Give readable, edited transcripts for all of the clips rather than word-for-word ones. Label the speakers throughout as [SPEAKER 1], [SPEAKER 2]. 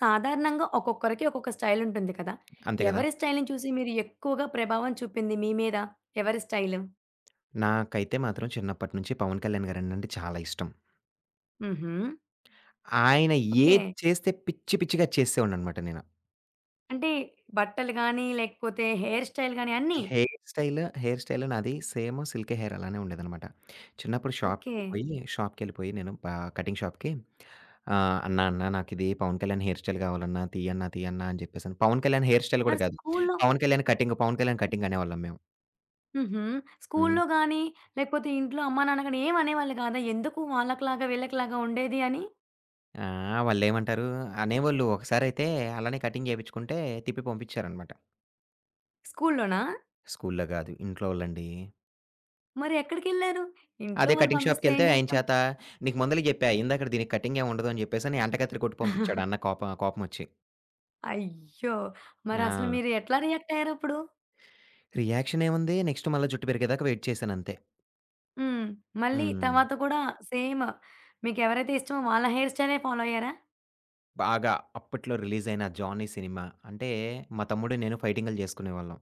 [SPEAKER 1] సాధారణంగా ఒక్కొక్కరికి ఒక్కొక్క స్టైల్ ఉంటుంది కదా!
[SPEAKER 2] అంతే కదా!
[SPEAKER 1] ఎవరి స్టైల్‌ని చూసి మీరు ఎక్కువగా ప్రభావం చూపింది మీ మీద? ఎవరి స్టైలు?
[SPEAKER 2] నాకైతే మాత్రం చిన్నప్పటి నుంచి 'పవన్ కళ్యాణ్' గారంటే చాలా ఇష్టం.
[SPEAKER 1] హుహు.
[SPEAKER 2] ఆయన
[SPEAKER 1] ఓకే.
[SPEAKER 2] ఏది చేస్తే పిచ్చి పిచ్చిగా చేసేవాడిననమాట నేను.
[SPEAKER 1] అంటే బట్టలు గాని, లేకపోతే హెయిర్ స్టైల్ గాని అన్నీ?
[SPEAKER 2] హెయిర్ స్టైల్ నాది సేమ్ సిల్కీ హెయిర్ అలానే ఉండేదనమాట. చిన్నప్పుడు
[SPEAKER 1] ఓకే.
[SPEAKER 2] షాప్‌కెళ్ళిపోయి నేను ప కటింగ్ షాప్‌కి "అన్నా అన్నా నాకిది 'పవన్ కళ్యాణ్' హెయిర్ స్టైల్ కావాలన్నా తీయన్నా తీయన్నా" అని చెప్పేసని 'పవన్ కళ్యాణ్' హెయిర్ స్టైల్
[SPEAKER 1] మరి
[SPEAKER 2] కూడా కాదు.
[SPEAKER 1] స్కూల్లో.
[SPEAKER 2] 'పవన్ కళ్యాణ్ కటింగ్, 'పవన్ కళ్యాణ్ కటింగ్' అనేవాళ్ళం మేము.
[SPEAKER 1] హుహు.
[SPEAKER 2] హ్మ్.
[SPEAKER 1] స్కూల్లో గాని, లేకపోతే ఇంట్లో అమ్మా, నాన్న గాని ఏమి అనేవాళ్ళు కాదా? ఎందుకు వాళ్ళకిలాగా, వీళ్ళకిలాగా ఉండేది అని?
[SPEAKER 2] ఆ! వాళ్ళేమంటారు అనేవోళ్ళు. ఒకసారయితే అలానే కటింగ్ చేపించుకుంటే తిప్పి పంపించారనమాట.
[SPEAKER 1] స్కూల్లోనా?
[SPEAKER 2] స్కూల్లో గాదు. ఇంట్లో వాళ్ళండి.
[SPEAKER 1] మరి ఎక్కడికెళ్లారు? ఇంట్లో
[SPEAKER 2] అదే
[SPEAKER 1] వాళ్ళు
[SPEAKER 2] కటింగ్
[SPEAKER 1] పంపిస్తే ఏం
[SPEAKER 2] షాప్‌కెళ్తే ఆయన
[SPEAKER 1] చేస్తాం?
[SPEAKER 2] చేత "నీకు ముందలే జెప్పా. ఇందాకడ దీనికి కటింగ్ ఏమి ఉండదు" అని జెప్పేసని అంటకత్తెర కొట్టి పంపించాడు అన్న కోపమొచ్చి.
[SPEAKER 1] అయ్యో! మరసలు
[SPEAKER 2] ఆ!
[SPEAKER 1] మీరు ఎట్లా రియాక్ట్ అయ్యారప్పుడు?
[SPEAKER 2] రియాక్షన్ ఏముంది? నెక్స్ట్ మళ్ళా జుట్టు పెరిగేదాకా వెయిట్ చేశానంతే.
[SPEAKER 1] హ్మ్. మళ్ళీ
[SPEAKER 2] హ్మ్.
[SPEAKER 1] తర్వాత కూడా సేమ్, మీకెవరైతే ఇష్టమో వాళ్ళ హెయిర్ స్టైలే ఫాలో అయ్యారా?
[SPEAKER 2] బాగా అప్పట్లో రిలీజ్ అయిన 'జానీ' సినిమా అంటే మా తమ్ముడు నేను ఫైటింగులు జేసుకునేవాళ్ళం.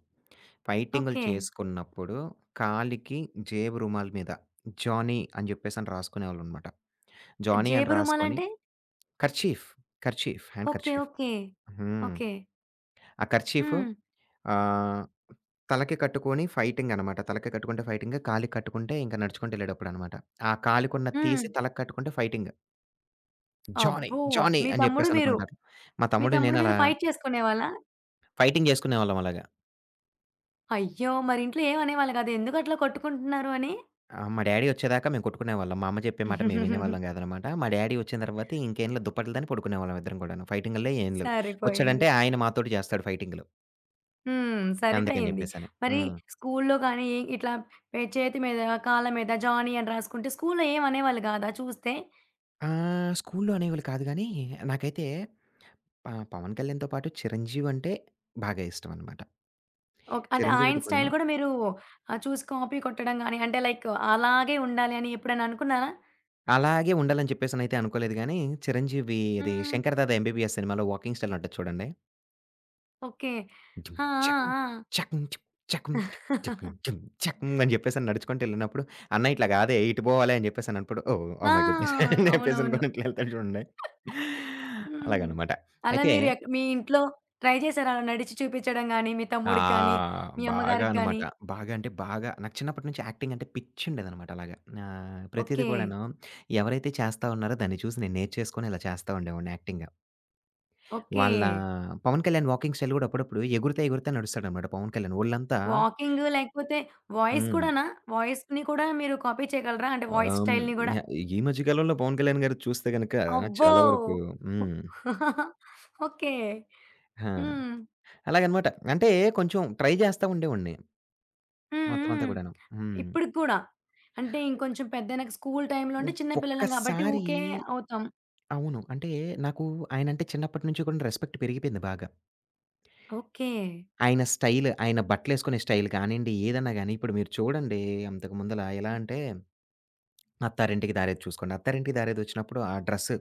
[SPEAKER 2] ఫైటింగులు
[SPEAKER 1] ఓకే.
[SPEAKER 2] చేసుకున్నప్పుడు కాలికి జేబు రుమాలు మీద 'జానీ' అని జెప్పేసని రాసుకునేవాళ్ళమనమాట. 'జానీ' అని
[SPEAKER 1] జేబు
[SPEAKER 2] రాసుకొని
[SPEAKER 1] రుమాలంటే?
[SPEAKER 2] Kerchief, kerchief hand
[SPEAKER 1] okay.
[SPEAKER 2] Kerchief.
[SPEAKER 1] Okay.
[SPEAKER 2] హ్మ్.
[SPEAKER 1] ఓకే.
[SPEAKER 2] ఆ కర్చీఫ్
[SPEAKER 1] హ్మ్.
[SPEAKER 2] ఆహ్, తలకి కట్టుకొని ఫైటింగ్ అనమాట. తలకి కట్టుకుంటే ఫైటింగ్, కాలికి కట్టుకుంటే ఇంక నడుచుకుంటూ ఎళ్ళేటప్పుడనమాట. ఆ కాలికున్నది
[SPEAKER 1] హ్మ్.
[SPEAKER 2] తీసి తలకి కట్టుకుంటే ఫైటింగ్. జానీ,
[SPEAKER 1] అబ్బో!
[SPEAKER 2] జానీ
[SPEAKER 1] మీ
[SPEAKER 2] అని
[SPEAKER 1] తమ్ముడు
[SPEAKER 2] జెప్పేసి
[SPEAKER 1] మీరు,
[SPEAKER 2] అనుకుంటారు. మా
[SPEAKER 1] మీ
[SPEAKER 2] తమ్ముడు
[SPEAKER 1] తమ్ముడు
[SPEAKER 2] నేను
[SPEAKER 1] మీరు
[SPEAKER 2] అలా
[SPEAKER 1] ఫైట్ చేసుకునేవాళ్ళా?
[SPEAKER 2] ఫైటింగ్ జేసుకునేవాళ్ళం అలాగా.
[SPEAKER 1] అయ్యో! మరి ఇంట్లో ఏమి అనేవాళ్ళు కాదా? ఎందుకట్లా కొట్టుకుంటున్నారు అని?
[SPEAKER 2] మా డ్యాడీ ఒచ్చేదాకా మేము కొట్టుకునేవాళ్ళం. మా అమ్మ జెప్పే మాట మేము వినేవాళ్ళం గాదనమాట. మా డ్యాడీ ఒచ్చిన తర్వాత ఇంకేం లేదు దుప్పట్లు దని పడుకునేవాళ్ళం ఇద్దరం కూడాను. ఫైటింగుల్లే ఏం లేవు.
[SPEAKER 1] సరిపోయింది.
[SPEAKER 2] ఒచ్చాడంటే ఆయన మాతోటి జేస్తాడు ఫైటింగులు.
[SPEAKER 1] హ్మ్.
[SPEAKER 2] అందుకని
[SPEAKER 1] సరిపోయింది.
[SPEAKER 2] జెప్పేసని.
[SPEAKER 1] మరి
[SPEAKER 2] హ్మ్.
[SPEAKER 1] స్కూల్లో గాని ఇట్లా పే చేతి మీద, కాళ్ళ మీద జానీ అని రాసుకుంటే స్కూల్లో ఏమి అనేవాళ్ళు కాదా చూస్తే?
[SPEAKER 2] స్కూల్లో అనేవాళ్ళు కాదు గానీ, నాకైతే 'పవన్ కళ్యాణ్‌తో' పాటు 'చిరంజీవి' అంటే బాగా ఇష్టమనమాట.
[SPEAKER 1] ఓకే. అంటే ఆయన
[SPEAKER 2] 'చిరంజీవిది'
[SPEAKER 1] స్టైల్
[SPEAKER 2] కూడాను
[SPEAKER 1] కూడా మీరు చూసి కాపీ కొట్టడం గాని, అంటే లైక్ అలాగే ఉండాలి అని ఎప్పుడైనా అనుకున్నారా?
[SPEAKER 2] అలాగే ఉండాలని చెప్పేసనైతే అనుకోలేదు గానీ, 'చిరంజీవి' అది
[SPEAKER 1] హ్మ్.
[SPEAKER 2] 'శంకర్ దాదా ఎంబీబీఎస్' సినిమాలో వాకింగ్ స్టైల్ ఉంటది చూడండి.
[SPEAKER 1] ఓకే.
[SPEAKER 2] డుమ్
[SPEAKER 1] ఆ! ఆ!
[SPEAKER 2] చకుం
[SPEAKER 1] ఆ!
[SPEAKER 2] చకుం చకుం డుకుం డుమ్ చకుం అని జెప్పేసని నడుచుకుంటెళ్ళినప్పుడు, "అన్న ఇట్లా గాదే ఇటు పోవాలే" అని జెప్పేసనప్పుడు, "ఓహ్!
[SPEAKER 1] ఆ!
[SPEAKER 2] ఓహ్ మై గుడ్‌నెస్" అని
[SPEAKER 1] అవునవును.
[SPEAKER 2] జెప్పేసనుకోని ఇట్లా ఎళ్తాడు చూడండి.
[SPEAKER 1] హ్మ్.
[SPEAKER 2] అలాగనమాట.
[SPEAKER 1] అలా
[SPEAKER 2] అయితే
[SPEAKER 1] మీరు మీ ఇంట్లో ట్రై చేసారా? అలా నడిచి చూపించడం గాని, మీ
[SPEAKER 2] ఆ!
[SPEAKER 1] తమ్ముడికి గాని, మీ
[SPEAKER 2] బాగా
[SPEAKER 1] అమ్మగారికి గాని?
[SPEAKER 2] అనమాట. బాగా అంటే బాగా నాకు చిన్నప్పటి నుంచి యాక్టింగ్ అంటే పిచ్చుండేదనమాట అలాగా. ప్రతీది
[SPEAKER 1] ఓకే.
[SPEAKER 2] కూడాను ఎవరైతే చేస్తా ఉన్నారో దాన్ని చూసి నేను నేర్చేసుకొని ఇలా చేస్తా ఉండేవాడిని యాక్టింగ్.
[SPEAKER 1] ఓకే.
[SPEAKER 2] వాళ్ళ 'పవన్ కళ్యాణ్' వాకింగ్ స్టైల్ గూడా అప్పుడప్పుడు ఎగురుతా, ఎగురుతా నడుస్తాడనమాట 'పవన్ కళ్యాణ్'. వోళ్ళంతా
[SPEAKER 1] వాకింగ్ లేకపోతే వాయిస్
[SPEAKER 2] హ్మ్.
[SPEAKER 1] కూడానా? వాయిస్‌ని కూడా మీరు కాపీ చేయగలరా? అంటే
[SPEAKER 2] ఆహ్,
[SPEAKER 1] వాయిస్
[SPEAKER 2] హ్మ్.
[SPEAKER 1] స్టైల్‌ని గూడా?
[SPEAKER 2] యాహ్, ఈ మధ్య కాలంలో 'పవన్ కళ్యాణ్' గారిది చూస్తే గనక
[SPEAKER 1] అబ్బో!
[SPEAKER 2] చాలా వరకు హ్మ్.
[SPEAKER 1] ఓకే.
[SPEAKER 2] ఆ!
[SPEAKER 1] హ్మ్.
[SPEAKER 2] అలాగనమాట. అంటే కొంచెం ట్రై జేస్తా ఉండేవాడిని
[SPEAKER 1] హ్మ్.
[SPEAKER 2] మొత్తం అంతా
[SPEAKER 1] హ్మ్.
[SPEAKER 2] గూడాను. హ్మ్.
[SPEAKER 1] ఇప్పటికి కూడా. అంటే ఇంకొంచెం పెద్దయినాక స్కూల్ టైమ్‌లో
[SPEAKER 2] ఒ
[SPEAKER 1] అంటే చిన్న పిల్లలం కాబట్టి
[SPEAKER 2] ఒక్కసారి
[SPEAKER 1] ఊకే అవుతాం.
[SPEAKER 2] అవును. అంటే నాకు ఆయనంటే చిన్నప్పటి నుంచి కూడా రెస్పెక్ట్ పెరిగిపోయింది బాగా.
[SPEAKER 1] ఓకే.
[SPEAKER 2] ఆయన స్టైల్, ఆయన బట్టలేసుకునే స్టైల్ కానియండి, ఏదన్నా గాని ఇప్పుడు మీరు చూడండి అంతకు ముందల ఎలా అంటే అత్తారింటికి దారేది చూసుకోండి. అత్తారింటికి దారేదొచ్చినప్పుడు ఆ డ్రెస్,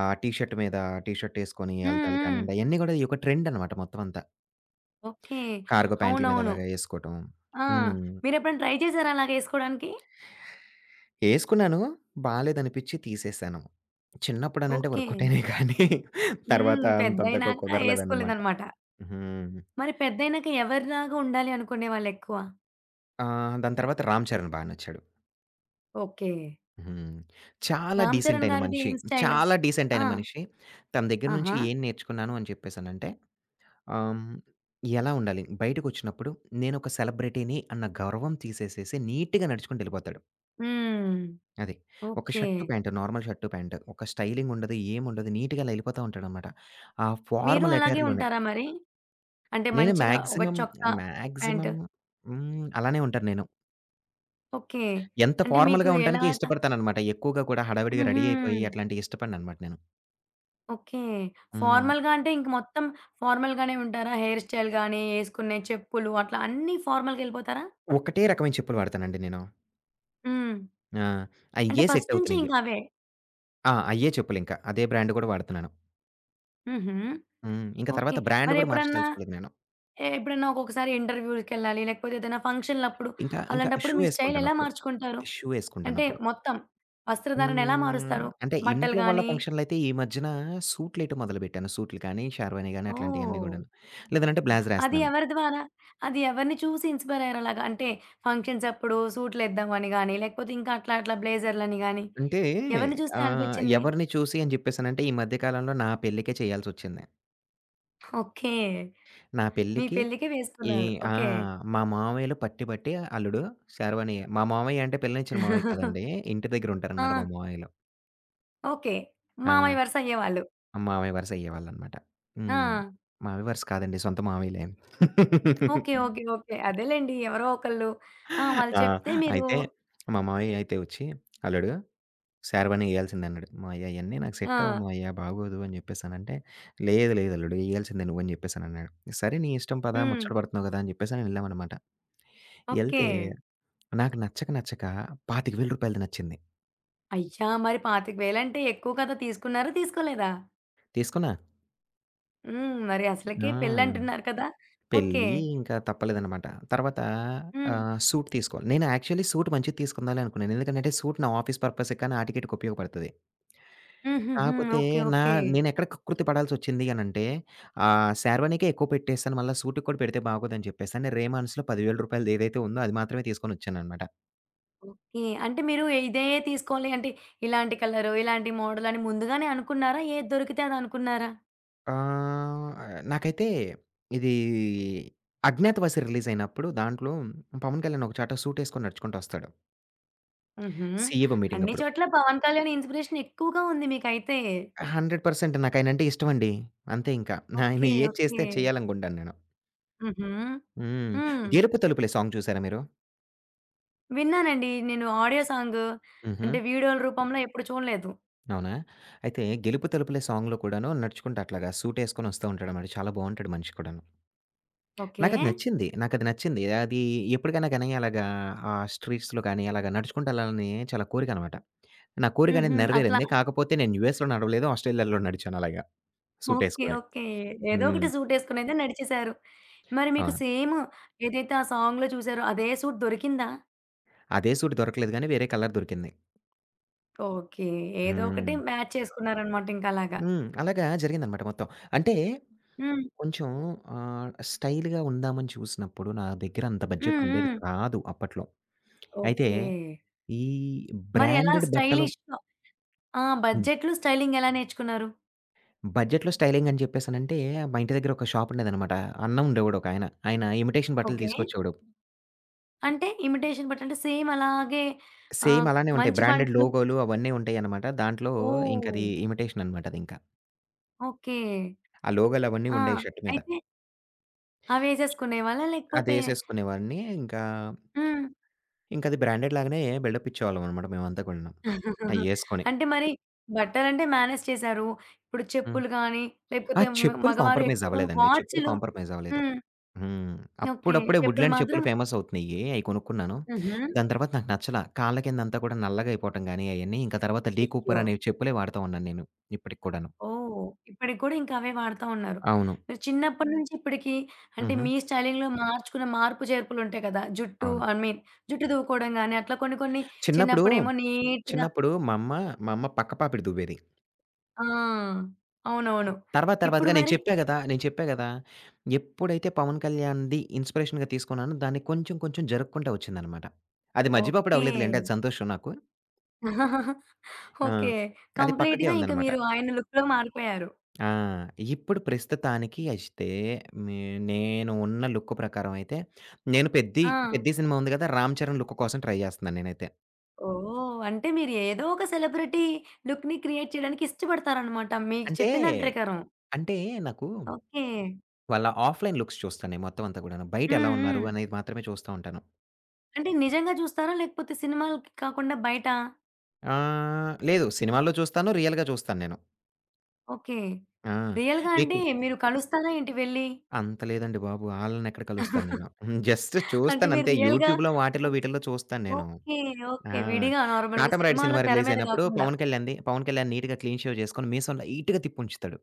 [SPEAKER 2] ఆ టీ షర్ట్ మీద టీ షర్ట్ ఏసుకొని
[SPEAKER 1] హ్మ్.
[SPEAKER 2] ఎళ్తాలు
[SPEAKER 1] హ్మ్.
[SPEAKER 2] కానియండి, అయన్నీ కూడా ఈ ఒక ట్రెండ్ అనమాట మొత్తం అంతా.
[SPEAKER 1] ఓకే.
[SPEAKER 2] కార్గో ప్యాంట్‌ల మీద
[SPEAKER 1] అవునవును.
[SPEAKER 2] అలాగా ఏసుకోవటం.
[SPEAKER 1] ఆ!
[SPEAKER 2] హ్మ్.
[SPEAKER 1] మీరెప్పుడైనా ట్రై చేసారా అలాగేసుకోడానికి?
[SPEAKER 2] ఏసుకున్నాను. బాలేదనిపిచ్చి తీసేశాను. చిన్నప్పుడనంటే
[SPEAKER 1] ఓకే.
[SPEAKER 2] వర్కౌట్ అయినాయి కానీ తర్వాత
[SPEAKER 1] హ్మ్.
[SPEAKER 2] అంతంతగా
[SPEAKER 1] పెద్దయినాక
[SPEAKER 2] కుదరలేదన్నమాట.
[SPEAKER 1] ఏసుకోలేదనమాట.
[SPEAKER 2] హ్మ్.
[SPEAKER 1] మరి పెద్దయినాక ఎవరిలాగా ఉండాలి అనుకునే వాళ్ళెక్కువ?
[SPEAKER 2] ఆ! దాని తర్వాత 'రామ్ చరణ్' బా నచ్చాడు.
[SPEAKER 1] ఓకే.
[SPEAKER 2] హ్మ్. చాలా
[SPEAKER 1] 'రామ్
[SPEAKER 2] డీసెంట్
[SPEAKER 1] చరణ్'
[SPEAKER 2] అయిన
[SPEAKER 1] గారిది
[SPEAKER 2] మనిషి.
[SPEAKER 1] ఏం స్టైల్?
[SPEAKER 2] చాలా డీసెంట్
[SPEAKER 1] ఆ!
[SPEAKER 2] అయిన మనిషి. తన దగ్గర నుంచి
[SPEAKER 1] ఆహా!
[SPEAKER 2] ఏం నేర్చుకున్నాను అని చెప్పేసనంటే ఆహ్, హ్మ్, ఎలా ఉండాలి? బయటకొచ్చినప్పుడు నేనొక సెలబ్రిటీని అన్న గర్వం తీసేసేసి నీట్‌గా నడుచుకుంటూ ఎళ్ళిపోతాడు.
[SPEAKER 1] హ్మ్.
[SPEAKER 2] అది. ఒక
[SPEAKER 1] okay.
[SPEAKER 2] Shirt, pant normal shirt, pant ఒక స్టైలింగ్ ఉండదు. ఏముండదు. నీట్‌గా అలా ఎళ్ళిపోతా ఉంటాడనమాట. ఆ
[SPEAKER 1] మీరు
[SPEAKER 2] ఫార్మల్
[SPEAKER 1] అలాగే
[SPEAKER 2] అటైర్‌లోనే
[SPEAKER 1] ఉంటారా మరి? అంటే
[SPEAKER 2] నేను
[SPEAKER 1] మంచిగా ఒక చొక్కా, ప్యాంట్.
[SPEAKER 2] మాక్సిమం హ్మ్. అలానే ఉంటాను నేను.
[SPEAKER 1] ఓకే.
[SPEAKER 2] ఎంత
[SPEAKER 1] అంటే మీకు
[SPEAKER 2] ఫార్మల్‌గా ఉండటానికి ఇష్టపడతాననమాట. ఎక్కువగా కూడా హడావిడిగా
[SPEAKER 1] హుహు.
[SPEAKER 2] రెడీ అయిపోయి అట్లాంటియి ఇష్టపడననమాట నేను.
[SPEAKER 1] ఓకే.
[SPEAKER 2] హ్మ్.
[SPEAKER 1] ఫార్మల్‌గా అంటే ఇంక మొత్తం ఫార్మల్‌గానే ఉంటారా? హెయిర్ స్టైల్ గాని, ఏసుకునే చెప్పులు అట్లా అన్నీ ఫార్మల్‌గెళ్ళిపోతారా?
[SPEAKER 2] ఒకటే రకమైన చెప్పులు వాడతానండి నేను.
[SPEAKER 1] హ్మ్.
[SPEAKER 2] ఆ!
[SPEAKER 1] అంటే
[SPEAKER 2] అయ్యే సెట్
[SPEAKER 1] ఫస్ట్ నుంచి
[SPEAKER 2] అవుతున్నయి.
[SPEAKER 1] ఇంక అవే.
[SPEAKER 2] అయ్యే చెప్పులింక. అదే బ్రాండ్ గూడా వాడుతున్నాను.
[SPEAKER 1] హుహు.
[SPEAKER 2] హ్మ్. ఇంక
[SPEAKER 1] ఓకే.
[SPEAKER 2] తర్వాత బ్రాండ్ గూడా
[SPEAKER 1] మరెప్పుడన్నా
[SPEAKER 2] మార్చదలుచుకోలేదు నేను.
[SPEAKER 1] ఎప్పుడన్నా ఒక్కొక్కసారి ఇంటర్‌వ్యూ‌లకెళ్ళాలి, లేకపోతే ఏదైనా ఫంక్షన్‌లప్పుడు
[SPEAKER 2] ఇంకా ఇంకా
[SPEAKER 1] అలాంటప్పుడు
[SPEAKER 2] షూ
[SPEAKER 1] మీ స్టైల్ ఎలా
[SPEAKER 2] యేసుకుంటానప్పుడు.
[SPEAKER 1] మార్చుకుంటారు?
[SPEAKER 2] షూ
[SPEAKER 1] అంటే
[SPEAKER 2] యేసుకుంటానప్పుడు.
[SPEAKER 1] మొత్తం వస్త్రధారణ ఎలా
[SPEAKER 2] హ్మ్.
[SPEAKER 1] మారుస్తారు?
[SPEAKER 2] అంటే
[SPEAKER 1] బట్టలు
[SPEAKER 2] ఇంట్లో వల్ల
[SPEAKER 1] గాని.
[SPEAKER 2] ఫంక్షన్‌లయితే ఈ మధ్యన సూట్‌లేయటం మొదలుపెట్టాను. సూట్లు కానీ, షేర్వాణి గానీ అట్లాంటియన్నీ
[SPEAKER 1] ఓహ్!
[SPEAKER 2] గూడాను. లేదనంటే బ్లేజర్
[SPEAKER 1] అది
[SPEAKER 2] యేస్తన్నాను.
[SPEAKER 1] ఎవరి ద్వారా? అది ఎవరిని చూసి ఇన్‌స్పైర్ అయ్యారలాగా? అంటే ఫంక్షన్స్ అప్పుడు సూట్‌లేద్దామని గాని, లేకపోతే ఇంకా అట్లా అట్లా బ్లేజర్‌లని గాని,
[SPEAKER 2] అంటే
[SPEAKER 1] ఎవరిని చూస్తే అనిపిచ్చింది?
[SPEAKER 2] ఎవరిని చూసి అని జెప్పేసనంటే ఈ మధ్య కాలంలో నా పెళ్ళికే చేయాల్సొచ్చింది.
[SPEAKER 1] ఓకే.
[SPEAKER 2] నా
[SPEAKER 1] మీ
[SPEAKER 2] పెళ్ళికి
[SPEAKER 1] పెళ్ళికే
[SPEAKER 2] ఈ
[SPEAKER 1] వేసుకున్నారు.
[SPEAKER 2] ఆ!
[SPEAKER 1] ఓకే.
[SPEAKER 2] మా మామయ్యలు పట్టి పట్టి అల్లుడు శర్వాని మా మామయ్య అంటే పెళ్ళినిచ్చిన మామయ్య కాదండి. ఇంటి దగ్గర ఉంటారనమాట మా
[SPEAKER 1] ఆ!
[SPEAKER 2] మామయ్యలు.
[SPEAKER 1] ఓకే.
[SPEAKER 2] ఆ!
[SPEAKER 1] మామయ్య వరుస అయ్యేవాళ్ళు.
[SPEAKER 2] మామయ్య వరుస అయ్యేవాళ్ళనమాట. హ్మ్.
[SPEAKER 1] ఆ!
[SPEAKER 2] మామయ్య వరుస కాదండి. సొంత మామయ్యలే.
[SPEAKER 1] ఓకే. ఓకే. ఓకే. అదేలెండి. ఎవరో ఒకళ్ళు. ఆ! వాళ్ళు
[SPEAKER 2] ఆ!
[SPEAKER 1] చెప్తే మీరు
[SPEAKER 2] అయితే మా మామయ్య అయితే వచ్చి, "అల్లుడు శర్వాణి ఎయాల్సిందే" అన్నాడు. "మావయ్య అయన్నీ నాకు
[SPEAKER 1] ఆ!
[SPEAKER 2] సెట్ అవ్వవు మావయ్య బాగోదు" అని చెప్పేసనంటే, "లేదు లేదు అల్లుడు ఎయాల్సిందే నువ్వు" అని చెప్పేసనన్నాడు. "సరే నీ ఇష్టం పదా
[SPEAKER 1] హ్మ్.
[SPEAKER 2] ముచ్చట పడుతున్నావు కదా!" అని చెప్పేసి అని ఎళ్ళామనమాట.
[SPEAKER 1] ఓకే.
[SPEAKER 2] ఎళ్తే నాకు నచ్చక నచ్చక రూ. 25,000 నచ్చింది.
[SPEAKER 1] అయ్యా! మరి 25,000 అంటే ఎక్కువ కదా! తీసుకున్నారా? తీసుకోలేదా?
[SPEAKER 2] తీసుకున్నా.
[SPEAKER 1] హ్మ్. మరి అసలకే
[SPEAKER 2] ఆ!
[SPEAKER 1] పెళ్ళంటున్నారు కదా! ఓకే.
[SPEAKER 2] పెళ్లి ఇంకా తప్పలేదనమాట. తర్వాత
[SPEAKER 1] హ్మ్.
[SPEAKER 2] సూట్ తీసుకోవాలి. నేను యాక్చువల్లీ సూట్ మంచిది తీసుకుందాలే అనుకున్నాను. ఎందుకంటే సూట్ నా ఆఫీస్ పర్పస్‌కి కానీ ఆటికిటికి ఉపయోగపడతది.
[SPEAKER 1] హుహుహు.
[SPEAKER 2] కాకపోతే
[SPEAKER 1] ఓకే.
[SPEAKER 2] నా
[SPEAKER 1] ఓకే.
[SPEAKER 2] నేనెక్కడ కకృతి పడాల్సొచ్చింది అనంటే షేర్వాణీకే ఎక్కువ పెట్టేసాను. మళ్ళా సూట్‌కి కూడా పెడితే బాగోదని చెప్పేసి అని రేమాన్స్‌లో రూ. 10,000 ఏదైతే ఉందో అది మాత్రమే తీసుకొనొచ్చాననమాట.
[SPEAKER 1] ఓకే. అంటే మీరు ఇదే తీసుకోవాలి అంటే ఇలాంటి కలరు, ఇలాంటి మోడల్ అని ముందుగానే అనుకున్నారా? ఏది దొరికితే అది అనుకున్నారా?
[SPEAKER 2] నాకైతే ఇది 'అజ్ఞాతవాసి' రిలీజయినప్పుడు దాంట్లో 'పవన్ కళ్యాణ్' ఒక చాట సూటేసుకొని నడుచుకుంటొస్తాడు.
[SPEAKER 1] హుహు.
[SPEAKER 2] సీఈఓ
[SPEAKER 1] అన్ని
[SPEAKER 2] మీటింగప్పుడు.
[SPEAKER 1] చోట్ల పవన్ కళ్యాణ్ ఇన్స్‌పిరేషన్ ఎక్కువగా ఉంది మీకైతే.
[SPEAKER 2] 100% నాకాయనంటే ఇష్టమండి. అంతే ఇంకా. ఆయన
[SPEAKER 1] ఓకే.
[SPEAKER 2] ఏది
[SPEAKER 1] ఓకే.
[SPEAKER 2] చేస్తే అది చేయాలనుకుంటాను నేను.
[SPEAKER 1] హుహు.
[SPEAKER 2] హ్మ్.
[SPEAKER 1] హ్మ్.
[SPEAKER 2] 'గెలుపు తలుపులే' సాంగ్ చూసారా మీరు?
[SPEAKER 1] విన్నానండి. నేను ఆడియో సాంగ్
[SPEAKER 2] హుహు.
[SPEAKER 1] అంటే వీడియోల రూపంలో ఎప్పుడు చూడలేదు.
[SPEAKER 2] అవునా? అయితే 'గెలుపు తలుపులే' సాంగ్‌లో కూడాను నడుచుకుంటూ అట్లాగా సూటేసుకొనొస్తా ఉంటాడనమాట. చాలా బావుంటాడు మనిషి కూడాను.
[SPEAKER 1] ఓకే.
[SPEAKER 2] నాకది నచ్చింది. అది ఎప్పటికైనా గానీ అలాగా ఆ స్ట్రీట్స్‌లో గానీ అలాగా నడుచుకుంటూ యెళ్ళాలని చాలా కోరికనమాట. నా
[SPEAKER 1] హుహు.
[SPEAKER 2] కోరికనేది
[SPEAKER 1] అట్లా
[SPEAKER 2] నెరవేరింది. కాకపోతే నేను యూఎస్‌లో నడవలేదు. ఆస్ట్రేలియాలో నడిచాను అలాగా
[SPEAKER 1] ఓకే.
[SPEAKER 2] సూటేసుకొని.
[SPEAKER 1] ఓకే. ఏదో
[SPEAKER 2] హ్మ్.
[SPEAKER 1] ఒకటి సూట్ ఏసుకొనైతే నడిచేసారు. మరి
[SPEAKER 2] ఆ!
[SPEAKER 1] మీకు సేమ్ ఏదైతే ఆ సాంగ్‌లో చూసారో అదే సూట్ దొరికిందా?
[SPEAKER 2] అదే సూట్ దొరకలేదు గానీ వేరే కలర్ దొరికింది.
[SPEAKER 1] ఓకే. ఏదో ఒకటి
[SPEAKER 2] హ్మ్.
[SPEAKER 1] మ్యాచ్ చేసుకున్నారనమాట ఇంకలాగా.
[SPEAKER 2] హ్మ్. అలాగా జరిగిందనమాట మొత్తం. అంటే
[SPEAKER 1] హ్మ్.
[SPEAKER 2] కొంచెం స్టైల్‌గా ఉందామని చూసినప్పుడు నా దగ్గర అంత బడ్జెట్
[SPEAKER 1] హ్మ్.
[SPEAKER 2] ఉండేది
[SPEAKER 1] హ్మ్.
[SPEAKER 2] కాదు అప్పట్లో. అయితే
[SPEAKER 1] ఓకే.
[SPEAKER 2] ఈ
[SPEAKER 1] మరి ఎలా
[SPEAKER 2] బ్రాండెడ్ బట్టలు
[SPEAKER 1] స్టైలిష్‌గా? ఆ!
[SPEAKER 2] హ్మ్.
[SPEAKER 1] బడ్జెట్‌లో స్టైలింగ్ ఎలా నేర్చుకున్నారు?
[SPEAKER 2] బడ్జెట్‌లో స్టైలింగ్ అని చెప్పేసనంటే మా ఇంటి దగ్గర ఒక షాప్ ఉండేదనమాట. అన్న ఉండేవాడు ఒకాయన. ఆయన ఇమిటేషన్ బట్టలు
[SPEAKER 1] ఓకే.
[SPEAKER 2] తీసుకొచ్చేవాడు.
[SPEAKER 1] అంటే ఇమిటేషన్ బట్ అంటే సేమ్ అలాగే
[SPEAKER 2] సేమ్
[SPEAKER 1] ఆహ్,
[SPEAKER 2] అలానే ఉంటాయి.
[SPEAKER 1] మంచి
[SPEAKER 2] బ్రాండెడ్
[SPEAKER 1] బంట్లు.
[SPEAKER 2] లోగోలు అవన్నీ ఉంటాయనమాట. దాంట్లో
[SPEAKER 1] ఓహ్!
[SPEAKER 2] ఇంకది ఇమిటేషన్ అనమాట అదింకా.
[SPEAKER 1] ఓకే.
[SPEAKER 2] ఆ లోగోలు అవన్నీ
[SPEAKER 1] ఆ!
[SPEAKER 2] ఉండేయి షర్ట్ మీద.
[SPEAKER 1] అయితే అవేసేసుకునేవాళ్ళా? లేకపోతే
[SPEAKER 2] అదేసేసుకునేవాడిని. ఇంకా,
[SPEAKER 1] హ్మ్.
[SPEAKER 2] ఇంకది బ్రాండెడ్ లాగానే బిల్డప్ ఇచ్చేవాళ్ళం అనమాట మేమంతా కూడాను. అయ్యేసుకొని.
[SPEAKER 1] అంటే మరి బట్టలంటే మేనేజ్ చేశారు. ఇప్పుడు
[SPEAKER 2] హ్మ్.
[SPEAKER 1] చెప్పులు గాని, లేకపోతే
[SPEAKER 2] చెప్పులు
[SPEAKER 1] మగవారు
[SPEAKER 2] కాంప్రమైజ్
[SPEAKER 1] ఎక్కువగా
[SPEAKER 2] అవ్వలేదండి. చెప్పులు
[SPEAKER 1] వాచులు.
[SPEAKER 2] కాంప్రమైజ్ అవ్వలేదు.
[SPEAKER 1] హ్మ్.
[SPEAKER 2] హ్మ్.
[SPEAKER 1] ఓకే.
[SPEAKER 2] అప్పుడప్పుడే
[SPEAKER 1] చెప్పులు
[SPEAKER 2] వుడ్‌లాండ్
[SPEAKER 1] మాత్రం.
[SPEAKER 2] చెప్పులు ఫేమస్ అవుతున్నాయి. అయి కొనుక్కున్నాను.
[SPEAKER 1] హుహు.
[SPEAKER 2] దాని తర్వాత నాకు నచ్చల. కాళ్ళ కిందంతా కూడా నల్లగా అయిపోవటం గాని అయన్నీ. ఇంకా తర్వాత లీ
[SPEAKER 1] అయ్యో!
[SPEAKER 2] కూపర్ అనే చెప్పులే వాడతా ఉన్నాను నేను. ఇప్పటికి కూడాను.
[SPEAKER 1] ఓహ్! ఇప్పటికి కూడా ఇంకా అవే వాడతా ఉన్నారు.
[SPEAKER 2] అవును.
[SPEAKER 1] మీరు చిన్నప్పటి హ్మ్. నుంచి ఇప్పటికి అంటే
[SPEAKER 2] హుహు.
[SPEAKER 1] మీ స్టైలింగ్‌లో మార్చుకున్న మార్పు చేర్పులు ఉంటాయి కదా! జుట్టు
[SPEAKER 2] అవును.
[SPEAKER 1] ఐ మీన్ జుట్టు దువ్వుకోవడం గాని అట్లా కొన్ని కొన్ని
[SPEAKER 2] చిన్నప్పుడు
[SPEAKER 1] చిన్నప్పుడేమో నీట్‌గా.
[SPEAKER 2] చిన్నప్పుడు మా అమ్మ పక్క పాపిడి దువ్వేది.
[SPEAKER 1] ఆ! అవునవును.
[SPEAKER 2] తర్వాత
[SPEAKER 1] ఇప్పుడు
[SPEAKER 2] తర్వాతగా
[SPEAKER 1] మరి?
[SPEAKER 2] నేను చెప్పా గదా! ఎప్పుడైతే 'పవన్ కళ్యాణ్‌ది' ఇన్‌స్పిరేషన్‌గా తీసుకున్నానో దాన్ని కొంచెం కొంచెం జరుక్కుంటా వచ్చిందనమాట. అది మజ్జి పప్పుడు
[SPEAKER 1] ఓకే.
[SPEAKER 2] అవ్వలేదులెండి. అది సంతోషం నాకు. ఆ!
[SPEAKER 1] ఓకే.
[SPEAKER 2] అది పక్కకే
[SPEAKER 1] కంప్లీట్‌గా ఇంక
[SPEAKER 2] ఉందనమాట.
[SPEAKER 1] మీరు ఆయన లుక్‌లో మారిపోయారు.
[SPEAKER 2] ఆ! ఇప్పుడు ప్రస్తుతానికి అయితే నే నేను ఉన్న లుక్ ప్రకారం అయితే నేను 'పెద్ది'
[SPEAKER 1] ఆ!
[SPEAKER 2] 'పెద్ది' సినిమా ఉంది గదా! 'రామ్ చరణ్' లుక్ కోసం ట్రై జేస్తున్నాను నేనైతే.
[SPEAKER 1] ఓహ్! అంటే మీరు ఏదో ఒక సెలబ్రిటీ లుక్‌ని క్రియేట్ చేయడానికి ఇష్టపడతారనమాట మీకు
[SPEAKER 2] అంటే,
[SPEAKER 1] చెప్పిన దాని ప్రకారం.
[SPEAKER 2] అంటే నాకు
[SPEAKER 1] ఓకే.
[SPEAKER 2] వాళ్ళ ఆఫ్‌లైన్ లుక్స్ చూస్తాను నేను మొత్తం అంతా గూడాను. బయట ఎలా
[SPEAKER 1] హ్మ్.
[SPEAKER 2] ఉన్నారు
[SPEAKER 1] హ్మ్.
[SPEAKER 2] అనేది మాత్రమే చూస్తా ఉంటాను.
[SPEAKER 1] అంటే నిజంగా చూస్తారా? లేకపోతే సినిమాలకి కాకుండా బయట?
[SPEAKER 2] లేదు. సినిమాల్లో చూస్తాను. రియల్‌గా చూస్తాను నేను.
[SPEAKER 1] ఓకే.
[SPEAKER 2] ఆ!
[SPEAKER 1] రియల్‌గా అంటే
[SPEAKER 2] మీకు
[SPEAKER 1] మీరు కలుస్తారా ఏంటి వెళ్లి?
[SPEAKER 2] అంత లేదండి బాబు. ఆళ్ళనెక్కడ కలుస్తాను నేను. హ్మ్. జస్ట్
[SPEAKER 1] అంటే మీరు
[SPEAKER 2] చూస్తానంతే.
[SPEAKER 1] రియల్‌గా
[SPEAKER 2] యూట్యూబ్‌లో వాటిల్లో
[SPEAKER 1] అన్
[SPEAKER 2] వీటిల్లో చూస్తాను నేను.
[SPEAKER 1] ఓకే.
[SPEAKER 2] ఆ!
[SPEAKER 1] ఓకే. విడిగా నార్మల్‌గా
[SPEAKER 2] 'కాటమరాయుడు'
[SPEAKER 1] సినిమాలో
[SPEAKER 2] సినిమా
[SPEAKER 1] తెర
[SPEAKER 2] రిలీజ్
[SPEAKER 1] మీద
[SPEAKER 2] అయినప్పుడు
[SPEAKER 1] కాకుండా.
[SPEAKER 2] పవన్ కళ్యాణ్ నీట్‌గా క్లీన్ షేవ్ చేసుకొని మీసం లైట్‌గా తిప్పుంచుతాడు.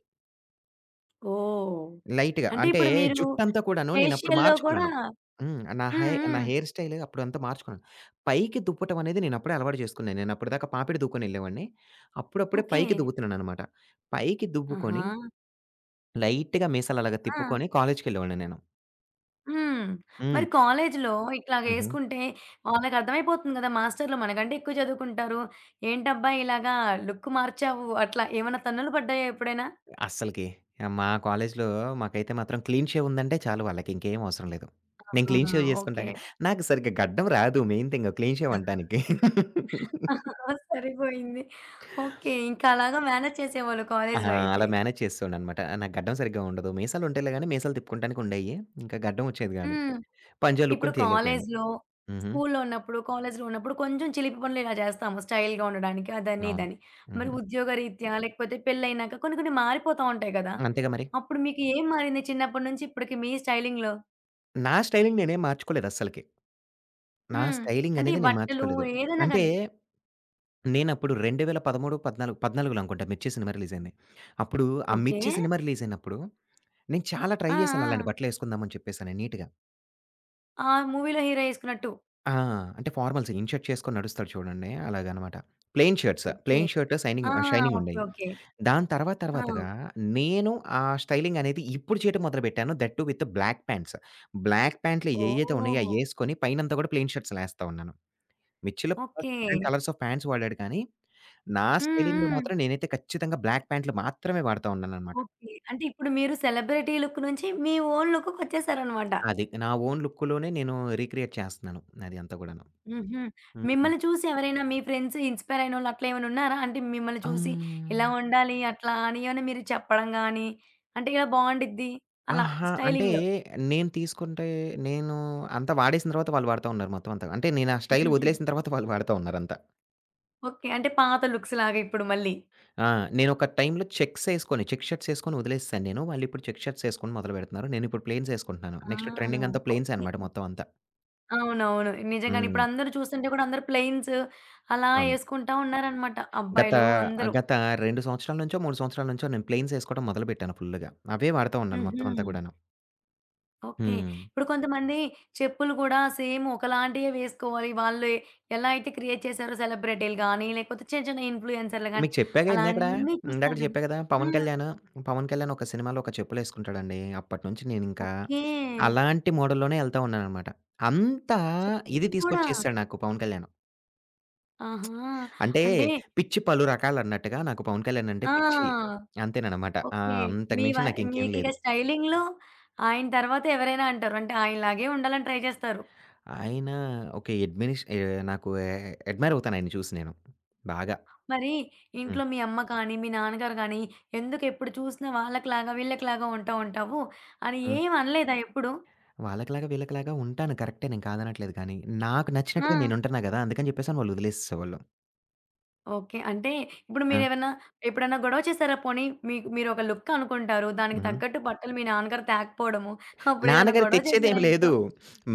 [SPEAKER 1] ఓహ్!
[SPEAKER 2] లైట్‌గా.
[SPEAKER 1] అంటే
[SPEAKER 2] అంటే
[SPEAKER 1] ఇప్పుడు మీరు
[SPEAKER 2] జుట్టంతా కూడాను నేనప్పుడు
[SPEAKER 1] ఫేషియల్‌లో కూడా
[SPEAKER 2] మార్చుకున్నాను. హ్మ్.
[SPEAKER 1] హ్మ్.
[SPEAKER 2] నా
[SPEAKER 1] హ్మ్.
[SPEAKER 2] హెయిర్ స్టైల్ అప్పుడంతా మార్చుకున్నాను. పైకి దువ్వటం అనేది నేనప్పుడే అలవాటు చేసుకున్నాను. నేనప్పటిదాకా పాపిడి దువ్వుకొనెళ్ళేవాడిని. అప్పుడప్పుడే
[SPEAKER 1] ఓకే.
[SPEAKER 2] పైకి దువ్వుతున్నాననమాట. పైకి
[SPEAKER 1] ఆహా!
[SPEAKER 2] దువ్వుకొని లైట్‌గా మీసాలలాగా
[SPEAKER 1] ఆ!
[SPEAKER 2] తిప్పుకొని కాలేజ్‌కెళ్ళేవాడిని నేను.
[SPEAKER 1] హ్మ్. మరి
[SPEAKER 2] హ్మ్.
[SPEAKER 1] కాలేజీలో
[SPEAKER 2] హుహు.
[SPEAKER 1] ఇట్లాగేసుకుంటే వాళ్ళకర్థమైపోతుంది గదా! మాస్టర్‌లు మనకంటే ఎక్కువ చదువుకుంటారు. ఏంటబ్బా! ఇలాగా లుక్ మార్చావు అట్లా ఏమన్నా తన్నులు పడ్డాయా ఎప్పుడైనా?
[SPEAKER 2] అస్సలకి మా కాలేజ్‌లో మాకైతే మాత్రం క్లీన్ షేవ్ ఉందంటే చాలు వాళ్ళకి ఇంకేం అవసరం లేదు. నేను
[SPEAKER 1] ఆ!
[SPEAKER 2] Clean shave
[SPEAKER 1] okay.
[SPEAKER 2] చేసుకుంటాగా నాకు సరిగ్గా గడ్డం రాదు మెయిన్ థింగ్ క్లీన్ షేవ్ అంటానికి.
[SPEAKER 1] సరిపోయింది. ఓకే. ఇంకా అలాగా మేనేజ్ చేసేవాళ్ళు
[SPEAKER 2] ఆ!
[SPEAKER 1] కాలేజీలో అయితే.
[SPEAKER 2] అలా మేనేజ్ చేసేవాడిననమాట. నాకు గడ్డం సరిగ్గా ఉండదు. మీసాలు ఉంటేలే గాని మీసాలు తిప్పుకుంటానికి ఉండేయి. ఇంకా గడ్డం వచ్చేది కాదు.
[SPEAKER 1] హ్మ్.
[SPEAKER 2] పంజా
[SPEAKER 1] ఇప్పుడు
[SPEAKER 2] లుక్కుని తేలేకపోయాను.
[SPEAKER 1] కాలేజ్‌లో,
[SPEAKER 2] హుహు.
[SPEAKER 1] స్కూల్‌లో ఉన్నప్పుడు, కాలేజ్‌లో ఉన్నప్పుడు కొంచెం చిలిపి పనులు ఇలా చేస్తాము. స్టైల్‌గా ఉండడానికి అదని,
[SPEAKER 2] అవును.
[SPEAKER 1] ఇదని. మరి
[SPEAKER 2] హుహు.
[SPEAKER 1] ఉద్యోగరీత్యా లేకపోతే పెళ్లయినాక కొన్ని కొన్ని మారిపోతా ఉంటాయి కదా!
[SPEAKER 2] అంతేగా మరి.
[SPEAKER 1] అప్పుడు మీకు ఏం మారింది చిన్నప్పటి నుంచి ఇప్పటికి మీ స్టైలింగ్‌లో?
[SPEAKER 2] నా స్టైలింగ్ నేనేం మార్చుకోలేదు అస్సలకి. నా
[SPEAKER 1] హ్మ్.
[SPEAKER 2] స్టైలింగ్
[SPEAKER 1] అంటే ఈ
[SPEAKER 2] అనేది నేను
[SPEAKER 1] బట్టలు
[SPEAKER 2] మార్చుకోలేదు.
[SPEAKER 1] ఏదైనా
[SPEAKER 2] అంటే
[SPEAKER 1] గాని.
[SPEAKER 2] నేనప్పుడు 2013, 14 14లో అనుకుంటా 'మిర్చి' సినిమా రిలీజయింది. అప్పుడు ఆ
[SPEAKER 1] ఓకే.
[SPEAKER 2] 'మిర్చి' సినిమా రిలీజయినప్పుడు నేను చాలా ట్రై
[SPEAKER 1] ఆ!
[SPEAKER 2] చేశాను అలాంటి
[SPEAKER 1] ఆ!
[SPEAKER 2] బట్టలేసుకుందామని చెప్పేసని నీట్‌గా.
[SPEAKER 1] ఆ మూవీలో హీరో ఏసుకున్నట్టు.
[SPEAKER 2] ఆ! అంటే ఫార్మల్స్ ఇన్ షర్ట్ చేసుకొని నడుస్తాడు చూడండి అలాగనమాట. Plain shirts.
[SPEAKER 1] Okay.
[SPEAKER 2] Plain shirt
[SPEAKER 1] ఆ!
[SPEAKER 2] Shining
[SPEAKER 1] okay.
[SPEAKER 2] షైనింగుండేయి.
[SPEAKER 1] ఓకే.
[SPEAKER 2] దాని తర్వాత
[SPEAKER 1] ఆ!
[SPEAKER 2] తర్వాతగా నేను ఆ స్టైలింగనేది ఇప్పుడు చేయటం మొదలుపెట్టాను. That too with black pants. Black ప్యాంట్లు ఏయైతే ఉన్నాయో
[SPEAKER 1] ఓహ్!
[SPEAKER 2] అయ్యేసుకొని పైనంతా కూడా ప్లెయిన్ షర్ట్స్‌లేస్తా ఉన్నాను. మిర్చిలో Prabhas
[SPEAKER 1] okay.
[SPEAKER 2] Different colours of pants వాడాడు కానీ, నా
[SPEAKER 1] హ్మ్.
[SPEAKER 2] స్టైలింగ్‌లో
[SPEAKER 1] హ్మ్.
[SPEAKER 2] మాత్రం నేనైతే ఖచ్చితంగా బ్లాక్ ప్యాంట్లు మాత్రమే వాడతా ఉన్నాననమాట.
[SPEAKER 1] ఓకే. అంటే ఇప్పుడు మీరు సెలబ్రిటీ లుక్ నుంచి మీ ఓన్ లుక్‌కొచ్చేసారనమాట.
[SPEAKER 2] అది. నా ఓన్ లుక్‌లోనే నేను రీక్రియేట్ చేస్తన్నాను. అది అంతా గూడాను.
[SPEAKER 1] హుహు.
[SPEAKER 2] హ్మ్.
[SPEAKER 1] మిమ్మల్ని చూసి ఎవరైనా మీ ఫ్రెండ్స్ ఇన్‌స్పైర్ అయినోళ్ళు అట్లా ఏమైనా ఉన్నారా? అంటే మిమ్మల్ని చూసి ఇలా
[SPEAKER 2] హ్మ్.
[SPEAKER 1] ఉండాలి అట్లా అని ఏమైనా మీరు చెప్పడం గాని, అంటే ఇలా బావుండిద్ది అలా
[SPEAKER 2] అహా! అంటే
[SPEAKER 1] స్టైలింగ్‌లో.
[SPEAKER 2] నేను తీసుకుంటే నేను అంతా వాడేసిన తర్వాత వాళ్ళు వాడతా ఉన్నారు మొత్తం అంతా. అంటే నేను ఆ స్టైల్ వదిలేసిన తర్వాత వాళ్ళు వాడతా ఉన్నారంతా.
[SPEAKER 1] ఓకే. అంటే పాత లుక్స్ లాగా ఇప్పుడు మళ్ళీ.
[SPEAKER 2] ఆ! నేనొక టైమ్‌లో చెక్స్ ఏసుకొని, చెక్ షర్ట్స్ ఏసుకొని వదిలేసేసాను నేను. వాళ్ళిప్పుడు చెక్ షర్ట్స్ ఏసుకొని మొదలుపెడుతున్నారు. నేనిప్పుడు ప్లెయిన్స్ ఏసుకుంటున్నాను.
[SPEAKER 1] ఆ!
[SPEAKER 2] నెక్స్ట్ ట్రెండింగ్ అంతా ప్లెయిన్సే
[SPEAKER 1] ఓకే.
[SPEAKER 2] అనమాట మొత్తం అంతా.
[SPEAKER 1] అవునవును. నిజంగానే
[SPEAKER 2] హ్మ్.
[SPEAKER 1] ఇప్పుడు అందరూ చూస్తుంటే కూడా అందరూ ప్లెయిన్స్ అలా
[SPEAKER 2] అవును.
[SPEAKER 1] యేసుకుంటా ఉన్నారనమాట
[SPEAKER 2] గత
[SPEAKER 1] అబ్బాయిలు అందరూ.
[SPEAKER 2] గత 2 సంవత్సరాల నుంచో, 3 సంవత్సరాల నుంచో నేను ప్లెయిన్స్ ఏసుకోవడం మొదలుపెట్టాను ఫుల్లుగా. అవే వాడతా ఉన్నాను
[SPEAKER 1] హుహు.
[SPEAKER 2] మొత్తం అంతా గూడాను.
[SPEAKER 1] ఓకే.
[SPEAKER 2] హ్మ్.
[SPEAKER 1] ఇప్పుడు కొంతమంది చెప్పులు గూడా సేమ్ ఒకలాంటియే వేసుకోవాలి. వాళ్ళు ఎలా అయితే క్రియేట్ చేశారో సెలబ్రిటీలు గానీ, లేకపోతే చిన్న చిన్న ఇన్‌ఫ్లుయెన్సర్‌లు గానీ,
[SPEAKER 2] మీకు చెప్పాగా
[SPEAKER 1] అలా
[SPEAKER 2] ఇందాకడ,
[SPEAKER 1] అన్నీ
[SPEAKER 2] ఇందాకడ
[SPEAKER 1] చూస్తారు గదా!
[SPEAKER 2] చెప్పా గదా!
[SPEAKER 1] హ్మ్.
[SPEAKER 2] 'పవన్ కళ్యాణ్' ఒక సినిమాలో ఒక చెప్పులేసుకుంటాడండి. అప్పటినుంచి నేనింకా
[SPEAKER 1] ఓకే.
[SPEAKER 2] అలాంటి మోడల్‌లోనే ఎళ్తా ఉన్నాననమాట. అంతా ఇది
[SPEAKER 1] చెప్పులు గూడా.
[SPEAKER 2] తీసుకొచ్చేసాడు నాకు 'పవన్ కళ్యాణ్.'
[SPEAKER 1] ఆహా!
[SPEAKER 2] అంటే
[SPEAKER 1] అంటే
[SPEAKER 2] పిచ్చి పలు రకాలన్నట్టుగా నాకు 'పవన్ కళ్యాణ్' అంటే పిచ్చి.
[SPEAKER 1] ఆ!
[SPEAKER 2] అంతేననమాట.
[SPEAKER 1] ఓకే.
[SPEAKER 2] అంతకు
[SPEAKER 1] మీ వ
[SPEAKER 2] మించి నాకింకేం
[SPEAKER 1] మీకిక
[SPEAKER 2] లేదు.
[SPEAKER 1] స్టైలింగ్‌లో ఆయన తర్వాత ఎవరైనా అంటారు. అంటే ఆయనలాగే ఉండాలని ట్రై చేస్తారు.
[SPEAKER 2] ఆయన ఓకే. అడ్మినిష్ ఆహ్, నాకు ఎ అడ్మైర్ అవుతాను ఆయన్ని చూసి నేను. బాగా.
[SPEAKER 1] మరి
[SPEAKER 2] హ్మ్.
[SPEAKER 1] ఇంట్లో మీ అమ్మ కానీ, మీ నాన్నగారు కానీ, "ఎందుకెప్పుడు చూసినా వాళ్ళకిలాగా, వీళ్ళకిలాగా ఉంటా ఉంటావు" అని
[SPEAKER 2] హ్మ్.
[SPEAKER 1] ఏం అనలేదా ఎప్పుడు?
[SPEAKER 2] వాళ్ళకిలాగా వీళ్ళకిలాగా ఉంటాను కరెక్టే నేను కాదనట్లేదు కానీ, నాకు
[SPEAKER 1] ఆ!
[SPEAKER 2] నచ్చినట్టుగా నేనుంటున్నా గదా! అందుకని చెప్పేసని వాళ్ళు వదిలేసేసేవాళ్ళు.
[SPEAKER 1] ఓకే. అంటే ఇప్పుడు
[SPEAKER 2] ఆ!
[SPEAKER 1] మీరేమన్నా ఎప్పుడన్నా గొడవ చేసారా? పోనీ మీకు మీరొక లుక్ అనుకుంటారు. దానికి
[SPEAKER 2] హుహు.
[SPEAKER 1] తగ్గట్టు బట్టలు మీ నాన్నగారు తేకపోవడము. అప్పుడేదైనా
[SPEAKER 2] నాన్నగారు
[SPEAKER 1] గొడవ
[SPEAKER 2] తెచ్చేదేం
[SPEAKER 1] చేసారా ఇంట్లో?
[SPEAKER 2] లేదు.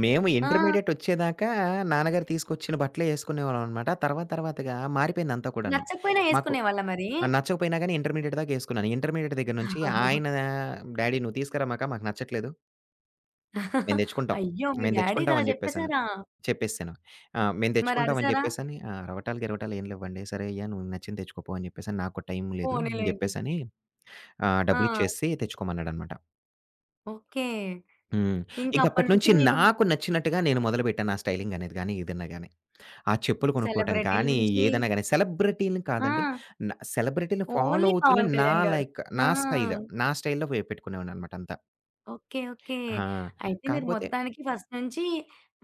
[SPEAKER 2] మేము
[SPEAKER 1] ఆ!
[SPEAKER 2] ఇంటర్మీడియేట్ వచ్చేదాకా నాన్నగారు తీసుకొచ్చిన బట్టలే యేసుకునేవాళ్ళం అనమాట. తర్వాత తర్వాతగా మారిపోయిందంతా కూడాను.
[SPEAKER 1] నచ్చకపోయినా
[SPEAKER 2] మాకు
[SPEAKER 1] యేసుకునేవాళ్ళా మరి?
[SPEAKER 2] నచ్చకపోయినా గానీ ఇంటర్మీడియేట్ దాకా యేసుకున్నాను. ఇంటర్మీడియేట్ దగ్గర నుంచి ఆయన "డాడీ నువ్వు తీసుకురా మాకు నచ్చట్లేదు. మేము తెచ్చుకుంటాం.
[SPEAKER 1] అయ్యో! మీ
[SPEAKER 2] మేము
[SPEAKER 1] డ్యాడీకి
[SPEAKER 2] తెచ్చుకుంటాం"
[SPEAKER 1] అలా
[SPEAKER 2] అని చెప్పేసని.
[SPEAKER 1] చెప్పేసారా?
[SPEAKER 2] చెప్పేసాను. మేము
[SPEAKER 1] మరి
[SPEAKER 2] తెచ్చుకుంటాం అని
[SPEAKER 1] అరిసారా?
[SPEAKER 2] జెప్పేసని రవటాలు, గిరవటాలు ఏం లేవండి. సరే అయ్యా! నువ్వు నచ్చింది తెచ్చుకోపో అని జెప్పేసని, నాకు టైం లేదు అని
[SPEAKER 1] పోనీలెండి.
[SPEAKER 2] జెప్పేసని
[SPEAKER 1] ఆ!
[SPEAKER 2] డబ్బులిచ్చేసి తెచ్చుకోమన్నాడనమాట.
[SPEAKER 1] ఓకే.
[SPEAKER 2] హ్మ్.
[SPEAKER 1] ఇంకప్పటి
[SPEAKER 2] ఇంకప్పటి
[SPEAKER 1] నుంచి
[SPEAKER 2] నుంచి
[SPEAKER 1] మీకు
[SPEAKER 2] నాకు నచ్చినట్టుగా నేను మొదలుపెట్టాను. నా స్టైలింగ్ అనేది గాని, ఏదన్నా గాని. ఆ చెప్పులు కొనుక్కోవటం
[SPEAKER 1] సెలబ్రిటీల
[SPEAKER 2] కానీ,
[SPEAKER 1] నుంచి
[SPEAKER 2] ఏదన్నా గాని సెలబ్రిటీలని కాదండి.
[SPEAKER 1] ఆ!
[SPEAKER 2] సెలబ్రిటీలని ఫాలో
[SPEAKER 1] ఓన్లీ
[SPEAKER 2] అవుతూనే
[SPEAKER 1] పవన్
[SPEAKER 2] నా
[SPEAKER 1] కళ్యాణ్ గారు.
[SPEAKER 2] లైక్
[SPEAKER 1] ఆ!
[SPEAKER 2] నా స్టైల్, నా స్టైల్‌లో పెట్టుకునేవాడిననమాట అంతా.
[SPEAKER 1] ఓకే. ఓకే.
[SPEAKER 2] ఆ!
[SPEAKER 1] అయితే మీరు
[SPEAKER 2] కాకపోతే
[SPEAKER 1] మొత్తానికి ఫస్ట్ నుంచి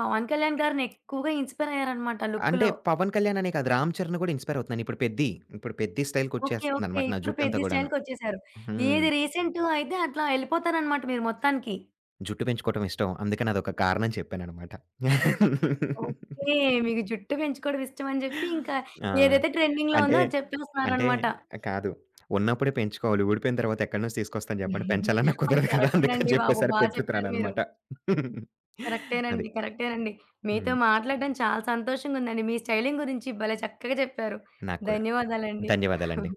[SPEAKER 1] పవన్ కళ్యాణ్ గారిని ఎక్కువగా ఇన్‌స్పైర్ అయ్యారన్నమాట
[SPEAKER 2] అంటే
[SPEAKER 1] లుక్‌లో.
[SPEAKER 2] 'పవన్ కళ్యాణ్' అనే కాదు 'రామ్ చరణ్' కూడా ఇన్‌స్పైర్ అవుతున్నాను. ఇప్పుడు 'పెద్ది'
[SPEAKER 1] ఓకే. ఓకే.
[SPEAKER 2] స్టైల్‌కొచ్చేస్తుందనమాట నా
[SPEAKER 1] ఇప్పుడు
[SPEAKER 2] జుట్టంతా
[SPEAKER 1] పెద్ది
[SPEAKER 2] గూడాను.
[SPEAKER 1] స్టైల్‌కొచ్చేసారు.
[SPEAKER 2] హ్మ్.
[SPEAKER 1] ఏది రీసెంటు అయితే అట్లా ఎళ్ళిపోతారన్నమాట మీరు మొత్తానికి.
[SPEAKER 2] జుట్టు పెంచుకోవటం ఇష్టం. అందుకని అదొక కారణం చెప్పాననమాట.
[SPEAKER 1] ఓకే. మీకు జుట్టు పెంచుకోవడం ఇష్టమని జెప్పి ఇంకా
[SPEAKER 2] ఆ!
[SPEAKER 1] ఏదైతే ట్రెండింగ్‌లో
[SPEAKER 2] అంటే,
[SPEAKER 1] ఉందో అది
[SPEAKER 2] అంటే
[SPEAKER 1] చెప్పేస్తున్నారన్నమాట.
[SPEAKER 2] కాదు. ఉన్నప్పుడే పెంచుకోవాలి. ఊడిపోయిన తర్వాత ఎక్కడి నుంచి తీసుకొస్తాను జెప్పండి. పెంచాలన్నా కుదరదు కదా! అందుకని
[SPEAKER 1] కరెక్టేనండి బాబు.
[SPEAKER 2] జెప్పేసరి
[SPEAKER 1] బా చెప్పారు మీరు.
[SPEAKER 2] పెంచుతున్నాననమాట. అది.
[SPEAKER 1] కరెక్టేనండి. కరెక్టేనండి. మీతో
[SPEAKER 2] హ్మ్.
[SPEAKER 1] మాట్లాడడం చాలా సంతోషంగుందండి. మీ స్టైలింగ్ గురించి భలే చక్కగా చెప్పారు.
[SPEAKER 2] నాకు కూడా.
[SPEAKER 1] ధన్యవాదాలండి.
[SPEAKER 2] ధన్యవాదాలండి.